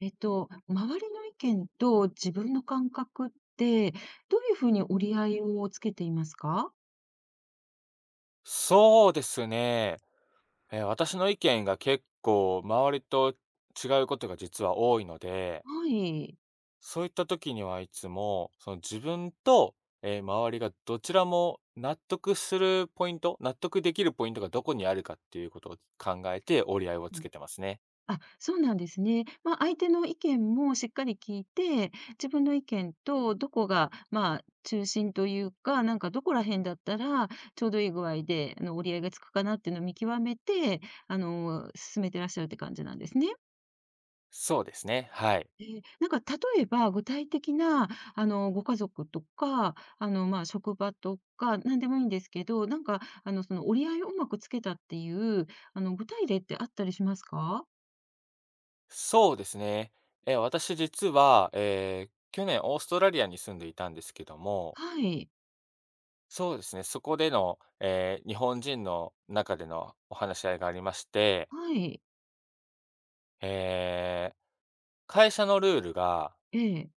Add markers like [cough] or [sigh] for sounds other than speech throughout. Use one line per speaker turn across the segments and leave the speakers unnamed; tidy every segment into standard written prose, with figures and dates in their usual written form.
周りの意見と自分の感覚って、どういうふうに折り合いをつけていますか？
そうですね。私の意見が結構周りと違うことが実は多いので、
はい。
そういった時にはいつも、その自分と、周りがどちらも納得できるポイントがどこにあるかっていうことを考えて折り合いを
う
つ
ん。
けてますね。
あ、そうなんですね。まあ、相手の意見もしっかり聞いて、自分の意見とどこが、まあ、中心というか、なんかどこら辺だったらちょうどいい具合で、折り合いがつくかなっていうのを見極めて、進めてらっしゃるって感じなんですね？
そうですね、はい。
ええ、なんか例えば、具体的な、ご家族とか、まあ、職場とか、なんでもいいんですけど、なんか、その折り合いをうまくつけたっていう、具体例ってあったりしますか？
そうですね。私実は、去年オーストラリアに住んでいたんですけども、
はい。
そうですね、そこでの、日本人の中でのお話し合いがありまして、
はい。
えー会社のルールが、
ええ。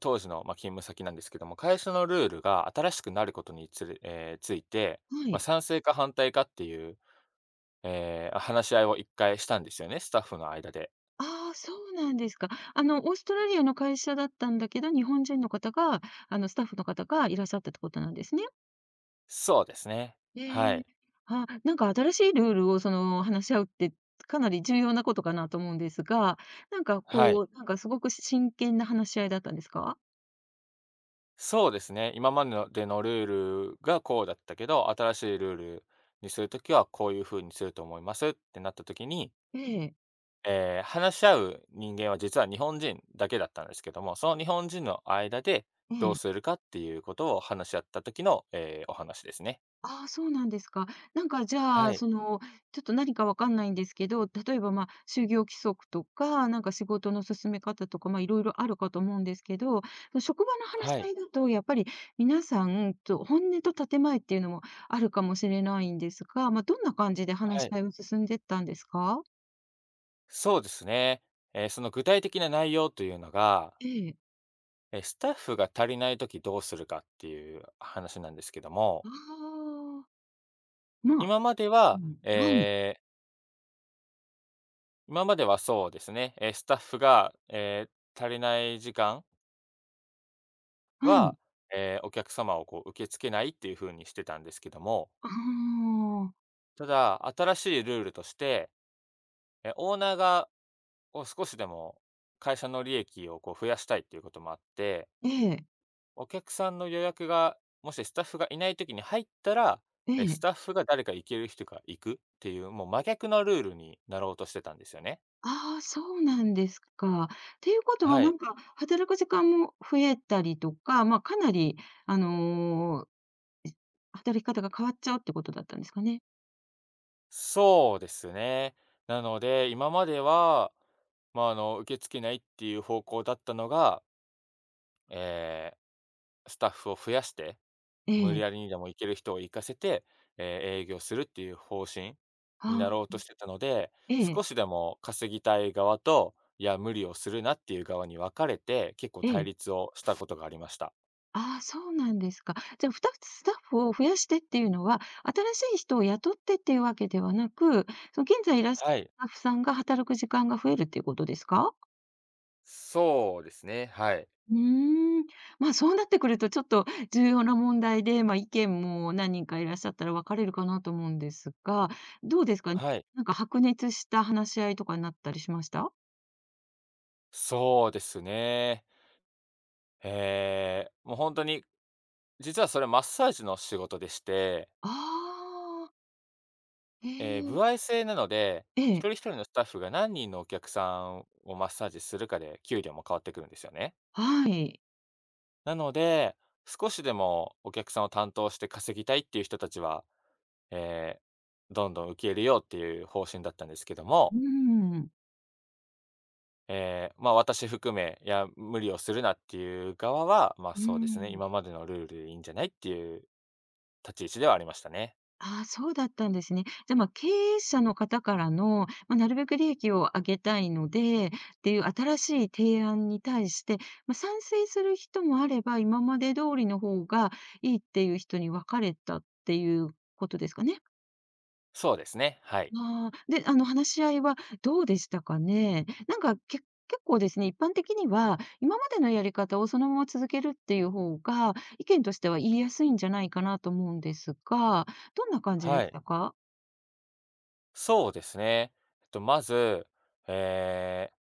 当時の、まあ、勤務先なんですけども、会社のルールが新しくなることにつれついて、
は
まあ、
い。
賛成か反対かっていう、話し合いを一回したんですよね、スタッフの間で。
ああ、そうなんですか。オーストラリアの会社だったんだけど、日本人の方が、スタッフの方がいらっしゃったってことなんですね。
そうですね。は
ええ。
い。
あ、なんか新しいルールをその話し合うって、かなり重要なことかなと思うんですが、なんか
はい。
こう、なんかすごく真剣な話し合いだったんですか？
そうですね、今までのルールがこうだったけど、新しいルールにするときはこういうふうにすると思いますってなったときに
ええ、
話し合う人間は実は日本人だけだったんですけども、その日本人の間で
え
どうす
え。
るかっていうことを話し合った時の、お話ですね。
ああ、そうなんですか。なんかじゃ
は
あ、
い、
その、ちょっと何かわかんないんですけど、例えば、まあ、就業規則とか、なんか仕事の進め方とか、まあ、いろいろあるかと思うんですけど、職場の話し
は
合
い、
いだとやっぱり皆さんと本音と建前っていうのもあるかもしれないんですが、まあ、どんな感じで
は
話し
い。
合いを進んでったんですか？
そうですね。その具体的な内容というのが、
ええ。
スタッフが足りない時どうするかっていう話なんですけども、
ああ、まあ
今まで
う
は、
ん、はい、
えー今まではそうですね、スタッフが、足りない時間
はい。
は、お客様をこう受け付けないっていう風にしてたんですけども、
ああ、
ただ、新しいルールとして、オーナーがこう少しでも会社の利益をこう増やしたいっていうこともあって、
ええ、
お客さんの予約が、もしスタッフがいない時に入ったら、
え
ス
え。
タッフが誰か行ける人が行くっていう、もう真逆のルールになろうとしてたんですよね。
ああ、そうなんですか。っていうことは
は
な
い。
んか、働く時間も増えたりとか、まあ、かなりあの、働き方が変わっちゃうってことだったんですかね？
そうですね。なので、今までは、まあ、あの、受け付けないっていう方向だったのが、ええ、スタッフを増やして
え
無理
え。
やりにでも行ける人を行かせて、営業するっていう方針にな
あ
ろう
あ、
としてたので、
え
少
え、
しでも稼ぎたい側と、いや、無理をするなっていう側に分かれて、結構
え
対
え。
立をしたことがありました。
ああ、そうなんですか。じゃあ、ふたつスタッフを増やしてっていうのは、新しい人を雇ってっていうわけではなく、その現在いらっし
はい。
ゃるスタッフさんが働く時間が増えるっていうことですか？
そうですね、はい。
うーん。まあ、そうなってくるとちょっと重要な問題で、ま、意見も何人かいらっしゃったら分かれるかなと思うんですが、どうですか？
はい、
なんか白熱した話し合いとかになったりしました？
そうですね。ええ、もう本当に、実はそれマッサージの仕事でして、
ああー、へ
ええ、
え。
歩合制なので、
え
一
え。
人一人のスタッフが何人のお客さんをマッサージするかで、給料も変わってくるんですよね。
はい。
なので、少しでもお客さんを担当して稼ぎたいっていう人たちは、えどんどん受け入れようっていう方針だったんですけど
う
も、
ーん。
ええ、ま、私含め、いや、無理をするなっていう側は、ま、
うー
そうですね、
ん。
今までのルールでいいんじゃないっていう立ち位置ではありましたね。
ああ、そうだったんですね。じゃあ、まあ、経営者の方からの、まあ、なるべく利益を上げたいのでっていう新しい提案に対して、まあ、賛成する人もあれば、今まで通りの方がいいっていう人に分かれたっていうことですかね。
そうですね、はい。
ああ、で、話し合いはどうでしたかね？なんか、結構ですね、一般的には、今までのやり方をそのまま続けるっていう方が、意見としては言いやすいんじゃないかなと思うんですが、どんな感じで
は
し
い。
たか？
そうですね。まず、ええ、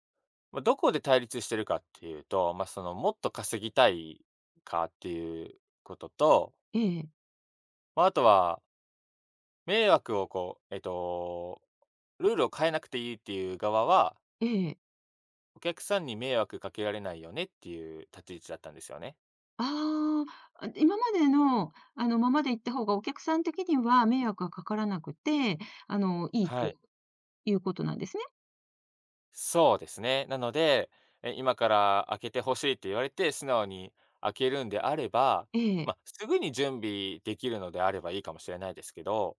ま、どこで対立してるかっていうと、ま、その、もっと稼ぎたいかっていうことと、
ええ。
まあ、あとは迷惑をこう、ルールを変えなくていいっていう側は、
ええ。
お客さんに迷惑かけられないよねっていう立ち位置だったんですよね。
ああ、あ、今までの、ままで行った方がお客さん的には迷惑がかからなくて、いいと
はい。
いうことなんですね。
そうですね。なので、今から開けてほしいって言われて、素直に開けるんであれば、
ええ。
まあ、すぐに準備できるのであればいいかもしれないですけど、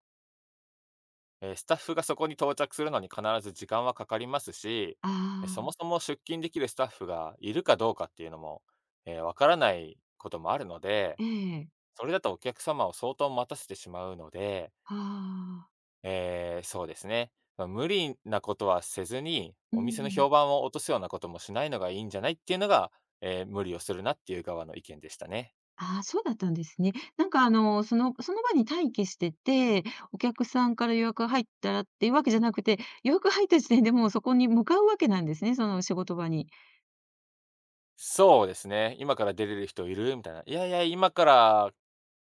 スタッフがそこに到着するのに必ず時間はかかりますし、
あ
そも
あ、
そも出勤できるスタッフがいるかどうかっていうのも、わからないこともあるので
ええ。
それだとお客様を相当待たせてしまうので、
ああ、
そうですね。ま、無理なことはせずに、
う
お店の
ん。
評判を落とすようなこともしないのがいいんじゃないっていうのが、無理をするなっていう側の意見でしたね。
ああ、そうだったんですね。なんか、その場に待機してて、お客さんから予約が入ったらっていうわけじゃなくて、予約が入った時点でもうそこに向かうわけなんですね、その仕事場に。
そうですね。今から出れる人いる？みたいな。いやいや、今から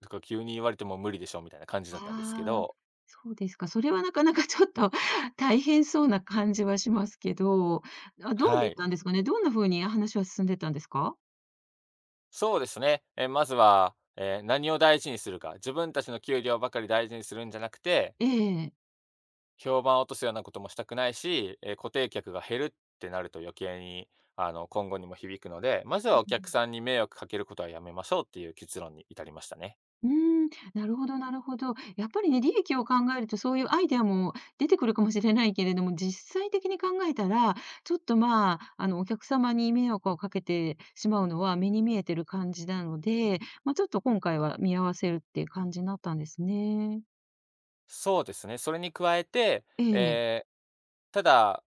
とか急に言われても無理でしょみたいな感じだったんですけ
ああ、
ど、
そうですか。それはなかなかちょっと [laughs] 大変そうな感じはしますけど、あ、どう
は
だっ
い。
たんですかね。どんな風に話は進んでったんですか？
そうですね。まずは、何を大事にするか、自分たちの給料ばかり大事にするんじゃなくて
ええ
評判を落とすようなこともしたくないし、固定客が減るってなると余計に、あの、今後にも響くので、まず
う
はお客
ん。
さんに迷惑かけることはやめましょうっていう結論に至りましたね。
うーん、なるほどなるほど。やっぱりね、利益を考えるとそういうアイデアも出てくるかもしれないけれども、実際的に考えたら、ちょっと、まあ、お客様に迷惑をかけてしまうのは目に見えてる感じなので、まあ、ちょっと今回は見合わせるっていう感じになったんですね。
そうですね、それに加えて、
ええ、
えーただ、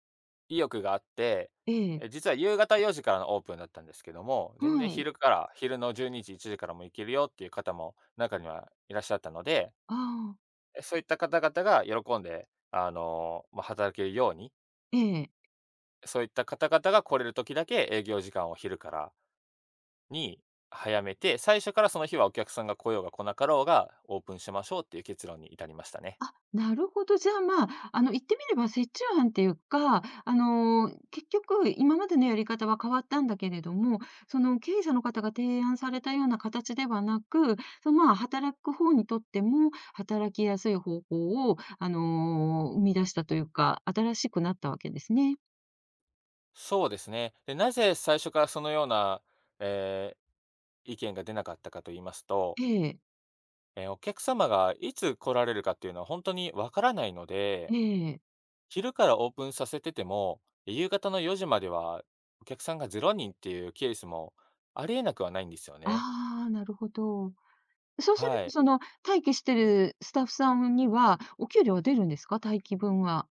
意欲があって、
ええ。
実は夕方4時からのオープンだったんですけども、全然
はい。
昼から昼の12時、1時からも行けるよっていう方も中にはいらっしゃったので、
ああ、
そういった方々が喜んで、あの、ま、働けるように
ええ。
そういった方々が来れる時だけ営業時間を昼からに早めて、最初からその日はお客さんが来ようが来なかろうがオープンしましょうっていう結論に至りましたね。
なるほど。じゃあ、まあ、言ってみれば折衷案っていうか、結局今までのやり方は変わったんだけれども、その経営者の方が提案されたような形ではなく、その、まあ、働く方にとっても働きやすい方法を、生み出したというか、新しくなったわけですね。
そうですね。で、なぜ最初からそのような、えー意見が出なかったかと言いますと、
ええ、
お客様がいつ来られるかっていうのは本当にわからないので、
ええ。
昼からオープンさせてても、夕方の4時まではお客さんがゼロ人っていうケースもありえなくはないんですよね。
ああ、なるほど。そうする
は
と、
い。
その、待機してるスタッフさんには、お給料は出るんですか？待機分は。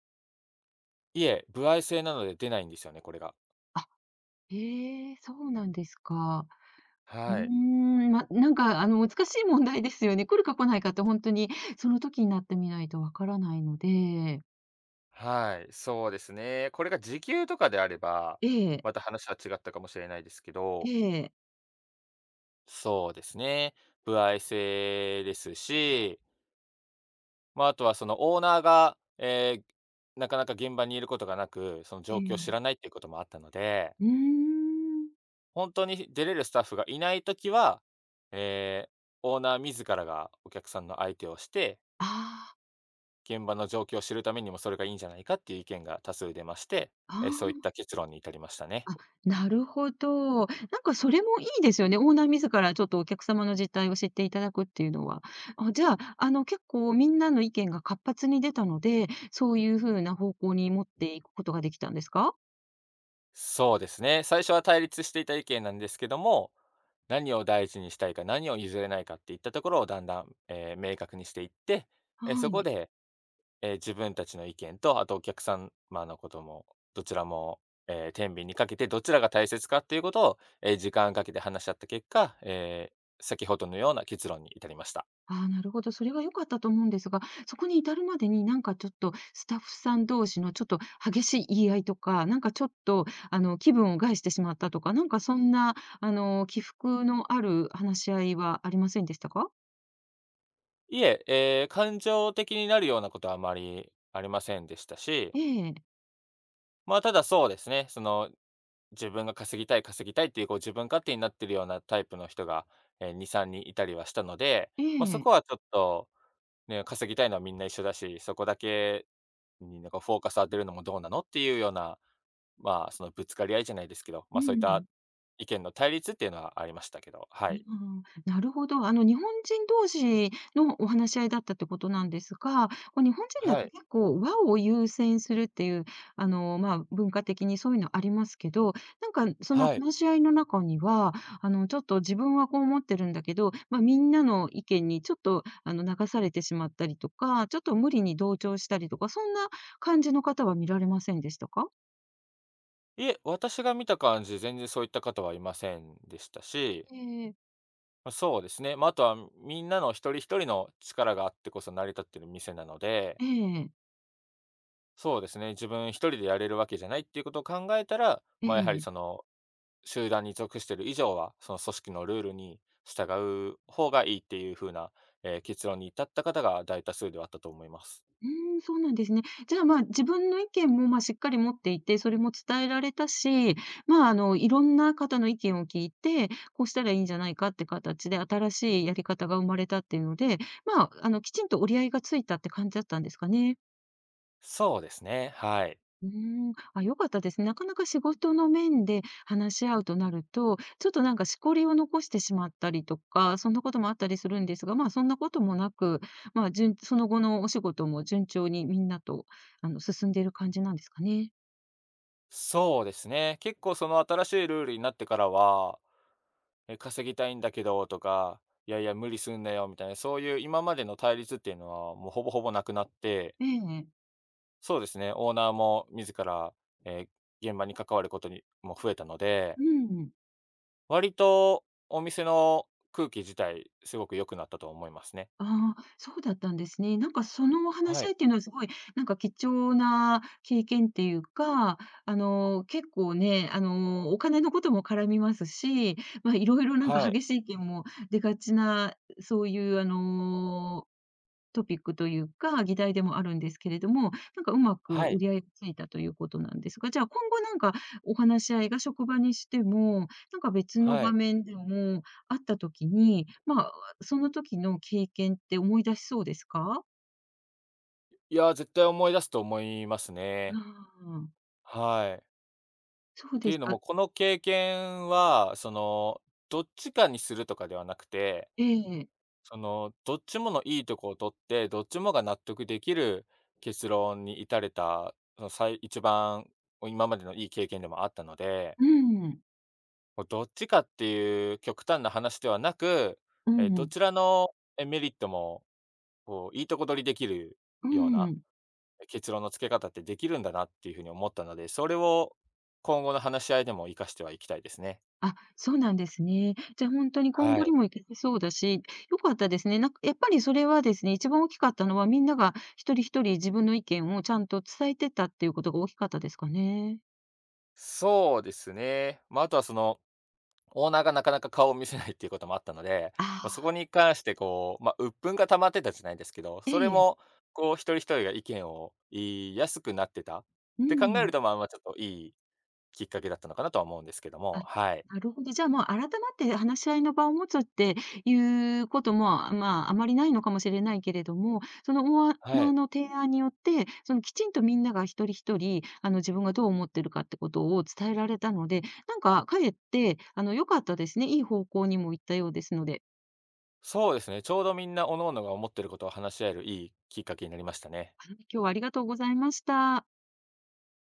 いえ、歩合制なので出ないんですよね、これが。
あ、へえ、そうなんですか。うー
はい。
ん、ま、なんか、難しい問題ですよね。来るか来ないかって本当に、その時になってみないとわからないので。
はい。そうですね。これが時給とかであれば、
ええ、
また話は違ったかもしれないですけ
え
ど。
え。
そうですね。歩合制ですし、まあ、あとはそのオーナーが、なかなか現場にいることがなく、その
え
状況を
え。
知らないっていうこともあったので、
うーん。
本当に出れるスタッフがいないときは、えーオーナー自らがお客さんの相手をして
あ
現場の状況を知るためにもそれがいいんじゃないかっていう意見が多数出まして、
あ、
そういっ
あ
た結論に至りましたね。
あ、あ、なるほど。なんかそれもいいですよね。オーナー自らちょっとお客様の実態を知っていただくっていうのは。あ、じゃあ、結構みんなの意見が活発に出たので、そういう風な方向に持っていくことができたんですか？
そうですね。最初は対立していた意見なんですけども、何を大事にしたいか、何を譲れないかっていったところをだんだん、明確にしていって、
は
そこ
い。
で、自分たちの意見と、あとお客様のことも、どちらも、天秤にかけてどちらが大切かっていうことを、時間かけて話し合った結果、先ほどのような結論に至りました。
ああ、なるほど。それは良かったと思うんですが、そこに至るまでになんかちょっとスタッフさん同士のちょっと激しい言い合いとか、なんかちょっと気分を害してしまったとか、なんかそんな起伏のある話し合いはありませんでしたか？
いえ、感情的になるようなことはあまりありませんでしたし、
ええ、
まあ、ただそうですね、その、自分が稼ぎたい稼ぎたいっていうこう自分勝手になってるようなタイプの人が、2、3人いたりはしたので、
え
まあ、そ
え、
こはちょっと、ね、稼ぎたいのはみんな一緒だし、そこだけになんかフォーカス当てるのもどうなのっていうような、まあ、そのぶつかり合いじゃないですけど、
う
まあ、そういっ
んう
た
ん。
意見の対立っていうのはありましたけど、は
う
い。
ん、なるほど。日本人同士のお話し合いだったってことなんですが、こう日本人だ
は
と
い。
結構和を優先するっていう、まあ、文化的にそういうのありますけど、なんかその
はい。
話し合いの中には、ちょっと自分はこう思ってるんだけど、まあ、みんなの意見にちょっと、流されてしまったりとか、ちょっと無理に同調したりとか、そんな感じの方は見られませんでしたか？
いえ、私が見た感じ、全然そういった方はいませんでしたし、
ええ。
ま、そうですね、まあ、あとはみんなの一人一人の力があってこそ成り立ってる店なので、
ええ、
そうですね、自分一人でやれるわけじゃないっていうことを考えたら、
え
まあ、やはり
え。
その、集団に属してる以上は、その組織のルールに従う方がいいっていう風な、結論に至った方が大多数ではあったと思います。
うーん、そうなんですね。じゃあ、まあ、自分の意見も、まあ、しっかり持っていて、それも伝えられたし、まあ、いろんな方の意見を聞いて、こうしたらいいんじゃないかって形で、新しいやり方が生まれたっていうので、まあ、きちんと折り合いがついたって感じだったんですかね？
そうですね、はい。
うーん、あ、良かったですね。なかなか仕事の面で話し合うとなると、ちょっとなんかしこりを残してしまったりとか、そんなこともあったりするんですが、まあ、そんなこともなく、まあ、その後のお仕事も順調にみんなと、進んでいる感じなんですかね。
そうですね、結構その新しいルールになってからは稼ぎたいんだけどとか、いやいや無理すんなよみたいな、そういう今までの対立っていうのはもうほぼほぼなくなって、
ええ。
そうですね、オーナーも自ら、え、現場に関わることにも増えたので、
うん。
割とお店の空気自体すごく良くなったと思いますね。
ああ、そうだったんですね。なんかそのお話
は
し合
い。
いっていうのはすごい、なんか貴重な経験っていうか、結構ね、お金のことも絡みますし、まあ、いろいろなんか
はい。
激しい意見も出がちな、そういうトピックというか、議題でもあるんですけれども、なんかうま
は
く折
い。
り合いがついたということなんですが、じゃあ今後なんかお話し合いが職場にしても、なんか別の
は
場
い。
面でもあった時に、まあ、その時の経験って思い出しそうですか？
いやー、絶対思い出すと思います
あ
ね。
あ、
はい。
そう
って
で
い
す
うの
か。
も、この経験は、その、どっちかにするとかではなくて
ええ。
その、どっちものいいとこを取って、どっちもが納得できる結論に至れた、その、一番今までのいい経験でもあったので、
うん。
こうどっちかっていう極端な話ではなく、
う
ど
ん。
ちらの、メリットも、こう、いいとこ取りできる
う
ような、
ん。
結論の付け方ってできるんだなっていうふうに思ったので、それを今後の話し合いでも活かしてはいきたいですね。
あ、そうなんですね。じゃ、あ本当に今
は
後に
い。
も行けそうだし、良かったですね。なんかやっぱりそれはですね、一番大きかったのは、みんなが一人一人自分の意見をちゃんと伝えてたっていうことが大きかったですかね。
そうですね。まあ、あとはそのオーナーがなかなか顔を見せないっていうこともあったので、
あ
まあ、そこ
あ、
に関してこう、ま、鬱憤が溜まってたじゃないですけど、
え
それ
え、
もこう一人一人が意見を言いやすくなってたっ
う
て考え
ん。
ると、まあ、ま、ちょっといいきっかけだったのかなとは思うんですけど
あ、
も、はい。
なるほど。じゃあ、もう改まって話し合いの場を持つっていうことも、あ、まあ、あまりないのかもしれないけれども、そのオー
は
ナー
い。
の提案によって、そのきちんとみんなが一人一人、自分がどう思ってるかってことを伝えられたので、なんかかえって、良かったですね。いい方向にも行ったようですので。
そうですね、ちょうどみんな各々が思ってることを話し合えるいいきっかけになりましたね。
はい、今日はありがとうございました。